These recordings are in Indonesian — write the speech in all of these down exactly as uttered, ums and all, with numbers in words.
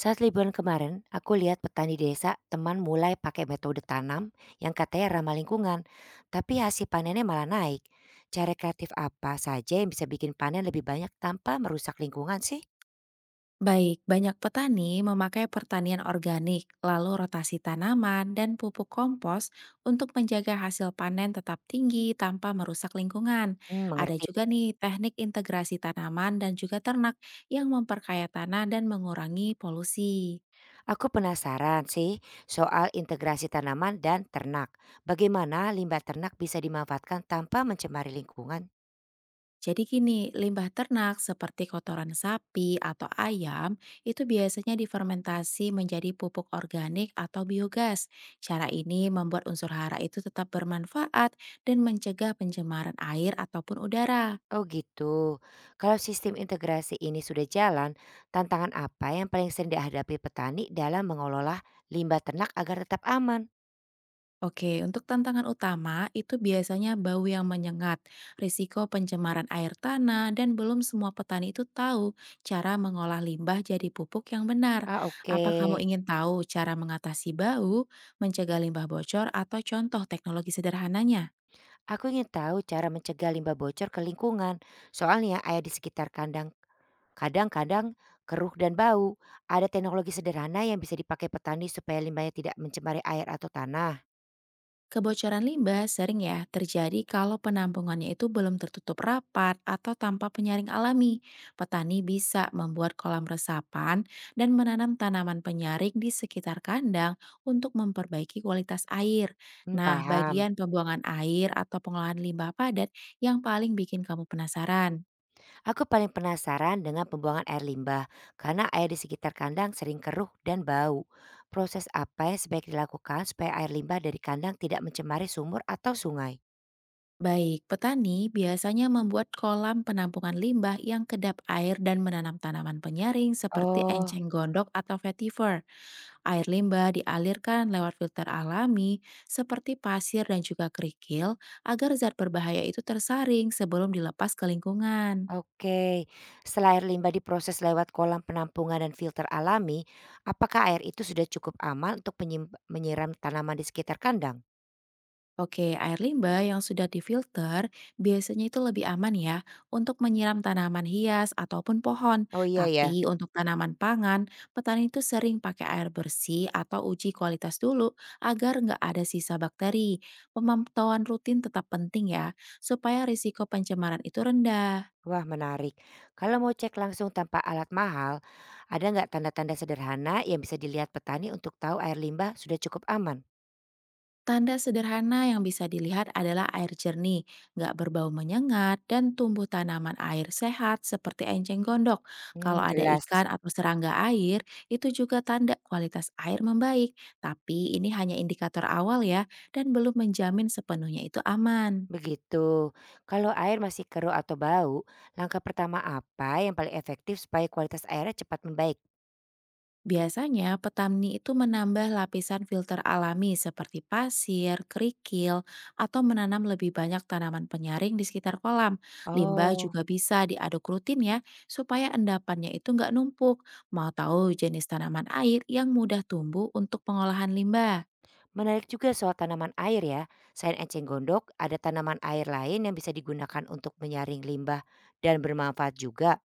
Saat liburan kemarin, aku lihat petani desa teman mulai pakai metode tanam yang katanya ramah lingkungan, tapi hasil panennya malah naik. Cara kreatif apa saja yang bisa bikin panen lebih banyak tanpa merusak lingkungan sih? Baik, banyak petani memakai pertanian organik, lalu rotasi tanaman dan pupuk kompos untuk menjaga hasil panen tetap tinggi tanpa merusak lingkungan. Hmm, Ada mengerti. juga nih teknik integrasi tanaman dan juga ternak yang memperkaya tanah dan mengurangi polusi. Aku penasaran sih soal integrasi tanaman dan ternak. Bagaimana limbah ternak bisa dimanfaatkan tanpa mencemari lingkungan? Jadi gini, limbah ternak seperti kotoran sapi atau ayam itu biasanya difermentasi menjadi pupuk organik atau biogas. Cara ini membuat unsur hara itu tetap bermanfaat dan mencegah pencemaran air ataupun udara. Oh gitu. Kalau sistem integrasi ini sudah jalan, tantangan apa yang paling sering dihadapi petani dalam mengelola limbah ternak agar tetap aman? Oke, untuk tantangan utama itu biasanya bau yang menyengat, risiko pencemaran air tanah, dan belum semua petani itu tahu cara mengolah limbah jadi pupuk yang benar. Ah, oke. Apa kamu ingin tahu cara mengatasi bau, mencegah limbah bocor, atau contoh teknologi sederhananya? Aku ingin tahu cara mencegah limbah bocor ke lingkungan. Soalnya air di sekitar kandang kadang-kadang keruh dan bau. Ada teknologi sederhana yang bisa dipakai petani supaya limbahnya tidak mencemari air atau tanah. Kebocoran limbah sering ya terjadi kalau penampungannya itu belum tertutup rapat atau tanpa penyaring alami. Petani bisa membuat kolam resapan dan menanam tanaman penyaring di sekitar kandang untuk memperbaiki kualitas air. Hmm, Nah, paham. bagian pembuangan air atau pengolahan limbah padat yang paling bikin kamu penasaran. Aku paling penasaran dengan pembuangan air limbah karena air di sekitar kandang sering keruh dan bau. Proses apa yang sebaiknya dilakukan supaya air limbah dari kandang tidak mencemari sumur atau sungai? Baik, petani biasanya membuat kolam penampungan limbah yang kedap air dan menanam tanaman penyaring seperti Oh, enceng gondok atau vetiver. Air limbah dialirkan lewat filter alami seperti pasir dan juga kerikil agar zat berbahaya itu tersaring sebelum dilepas ke lingkungan. oke. Setelah air limbah diproses lewat kolam penampungan dan filter alami, apakah air itu sudah cukup aman untuk penyim- menyiram tanaman di sekitar kandang? Oke, air limbah yang sudah difilter biasanya itu lebih aman ya untuk menyiram tanaman hias ataupun pohon. Oh iya ya. Tapi untuk tanaman pangan, petani itu sering pakai air bersih atau uji kualitas dulu agar nggak ada sisa bakteri. Pemantauan rutin tetap penting ya, supaya risiko pencemaran itu rendah. Wah, menarik. Kalau mau cek langsung tanpa alat mahal, ada nggak tanda-tanda sederhana yang bisa dilihat petani untuk tahu air limbah sudah cukup aman? Tanda sederhana yang bisa dilihat adalah air jernih, nggak berbau menyengat, dan tumbuh tanaman air sehat seperti enceng gondok. Kalau Hmm, ada ikan jelas. atau serangga air, itu juga tanda kualitas air membaik. Tapi ini hanya indikator awal ya, dan belum menjamin sepenuhnya itu aman. Begitu. Kalau air masih keruh atau bau, langkah pertama apa yang paling efektif supaya kualitas airnya cepat membaik? Biasanya, petani itu menambah lapisan filter alami seperti pasir, kerikil, atau menanam lebih banyak tanaman penyaring di sekitar kolam. Limbah Oh, juga bisa diaduk rutin ya, supaya endapannya itu nggak numpuk. Mau tahu jenis tanaman air yang mudah tumbuh untuk pengolahan limbah? menarik juga soal tanaman air ya. Selain enceng gondok, ada tanaman air lain yang bisa digunakan untuk menyaring limbah dan bermanfaat juga.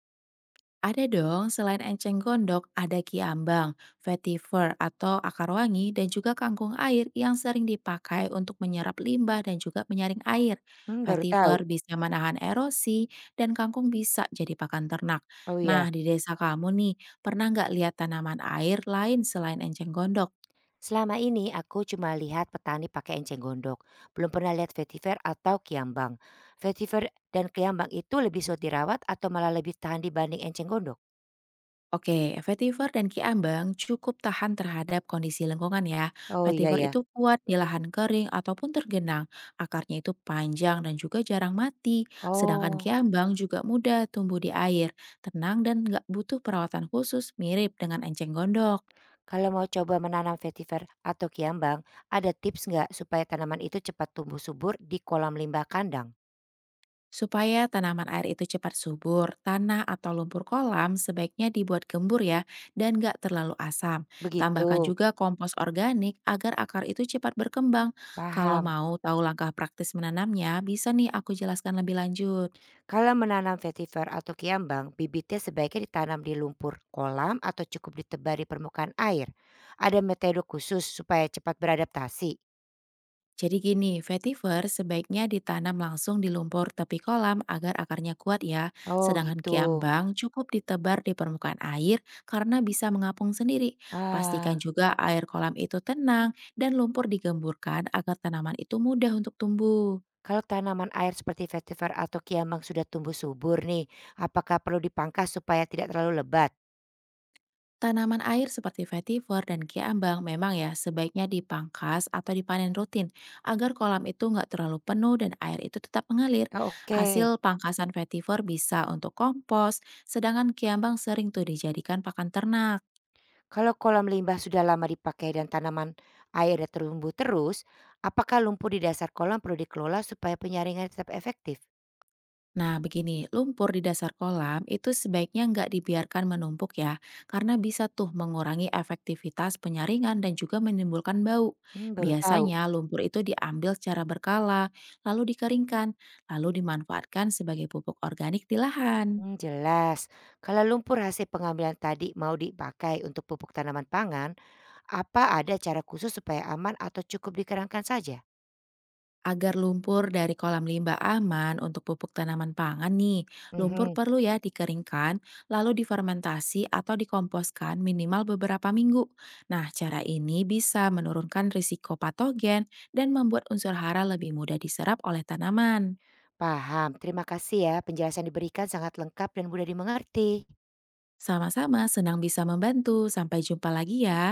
Ada dong, selain enceng gondok, ada kiambang, vetiver atau akar wangi, dan juga kangkung air yang sering dipakai untuk menyerap limbah dan juga menyaring air. Hmm, baru tahu. Vetiver bisa menahan erosi, dan kangkung bisa jadi pakan ternak. Oh iya. Nah, di desa kamu nih, pernah nggak lihat tanaman air lain selain enceng gondok? Selama ini aku cuma lihat petani pakai enceng gondok, belum pernah lihat vetiver atau kiambang. Vetiver dan kiambang itu lebih sulit dirawat atau malah lebih tahan dibanding enceng gondok? Oke, vetiver dan kiambang cukup tahan terhadap kondisi lengkungan ya. Oh iya Vetiver ya. itu kuat di lahan kering ataupun tergenang. Akarnya itu panjang dan juga jarang mati. Sedangkan Oh, kiambang juga mudah tumbuh di air, tenang dan nggak butuh perawatan khusus mirip dengan enceng gondok. kalau mau coba menanam vetiver atau kiambang, ada tips nggak supaya tanaman itu cepat tumbuh subur di kolam limbah kandang? Supaya tanaman air itu cepat subur, tanah atau lumpur kolam sebaiknya dibuat gembur ya dan nggak terlalu asam. Begitu, Tambahkan juga kompos organik agar akar itu cepat berkembang. Kalau paham. mau tahu langkah praktis menanamnya, bisa nih aku jelaskan lebih lanjut. Kalau menanam vetiver atau kiambang, bibitnya sebaiknya ditanam di lumpur kolam atau cukup ditebar di permukaan air. Ada metode khusus supaya cepat beradaptasi. Jadi gini, vetiver sebaiknya ditanam langsung di lumpur tepi kolam agar akarnya kuat ya. Oh Sedangkan gitu. kiambang cukup ditebar di permukaan air karena bisa mengapung sendiri. Pastikan Ah, juga air kolam itu tenang dan lumpur digemburkan agar tanaman itu mudah untuk tumbuh. kalau tanaman air seperti vetiver atau kiambang sudah tumbuh subur nih, apakah perlu dipangkas supaya tidak terlalu lebat? Tanaman air seperti vetiver dan kiambang memang ya sebaiknya dipangkas atau dipanen rutin agar kolam itu nggak terlalu penuh dan air itu tetap mengalir. Oh, Hasil oke. pangkasan vetiver bisa untuk kompos, sedangkan kiambang sering tuh dijadikan pakan ternak. Kalau kolam limbah sudah lama dipakai dan tanaman airnya tumbuh terus, apakah lumpur di dasar kolam perlu dikelola supaya penyaringan tetap efektif? Nah, begini, lumpur di dasar kolam itu sebaiknya nggak dibiarkan menumpuk ya, karena bisa tuh mengurangi efektivitas penyaringan dan juga menimbulkan bau. Hmm, baru tahu. Biasanya lumpur itu diambil secara berkala, lalu dikeringkan, lalu dimanfaatkan sebagai pupuk organik di lahan. Hmm, jelas. Kalau lumpur hasil pengambilan tadi mau dipakai untuk pupuk tanaman pangan, apa ada cara khusus supaya aman atau cukup dikeringkan saja? Agar lumpur dari kolam limbah aman untuk pupuk tanaman pangan nih, lumpur Mhm, perlu ya dikeringkan, lalu difermentasi atau dikomposkan minimal beberapa minggu. Nah, cara ini bisa menurunkan risiko patogen dan membuat unsur hara lebih mudah diserap oleh tanaman. paham. Terima kasih ya, penjelasan diberikan sangat lengkap dan mudah dimengerti. Sama-sama senang bisa membantu. Sampai jumpa lagi ya.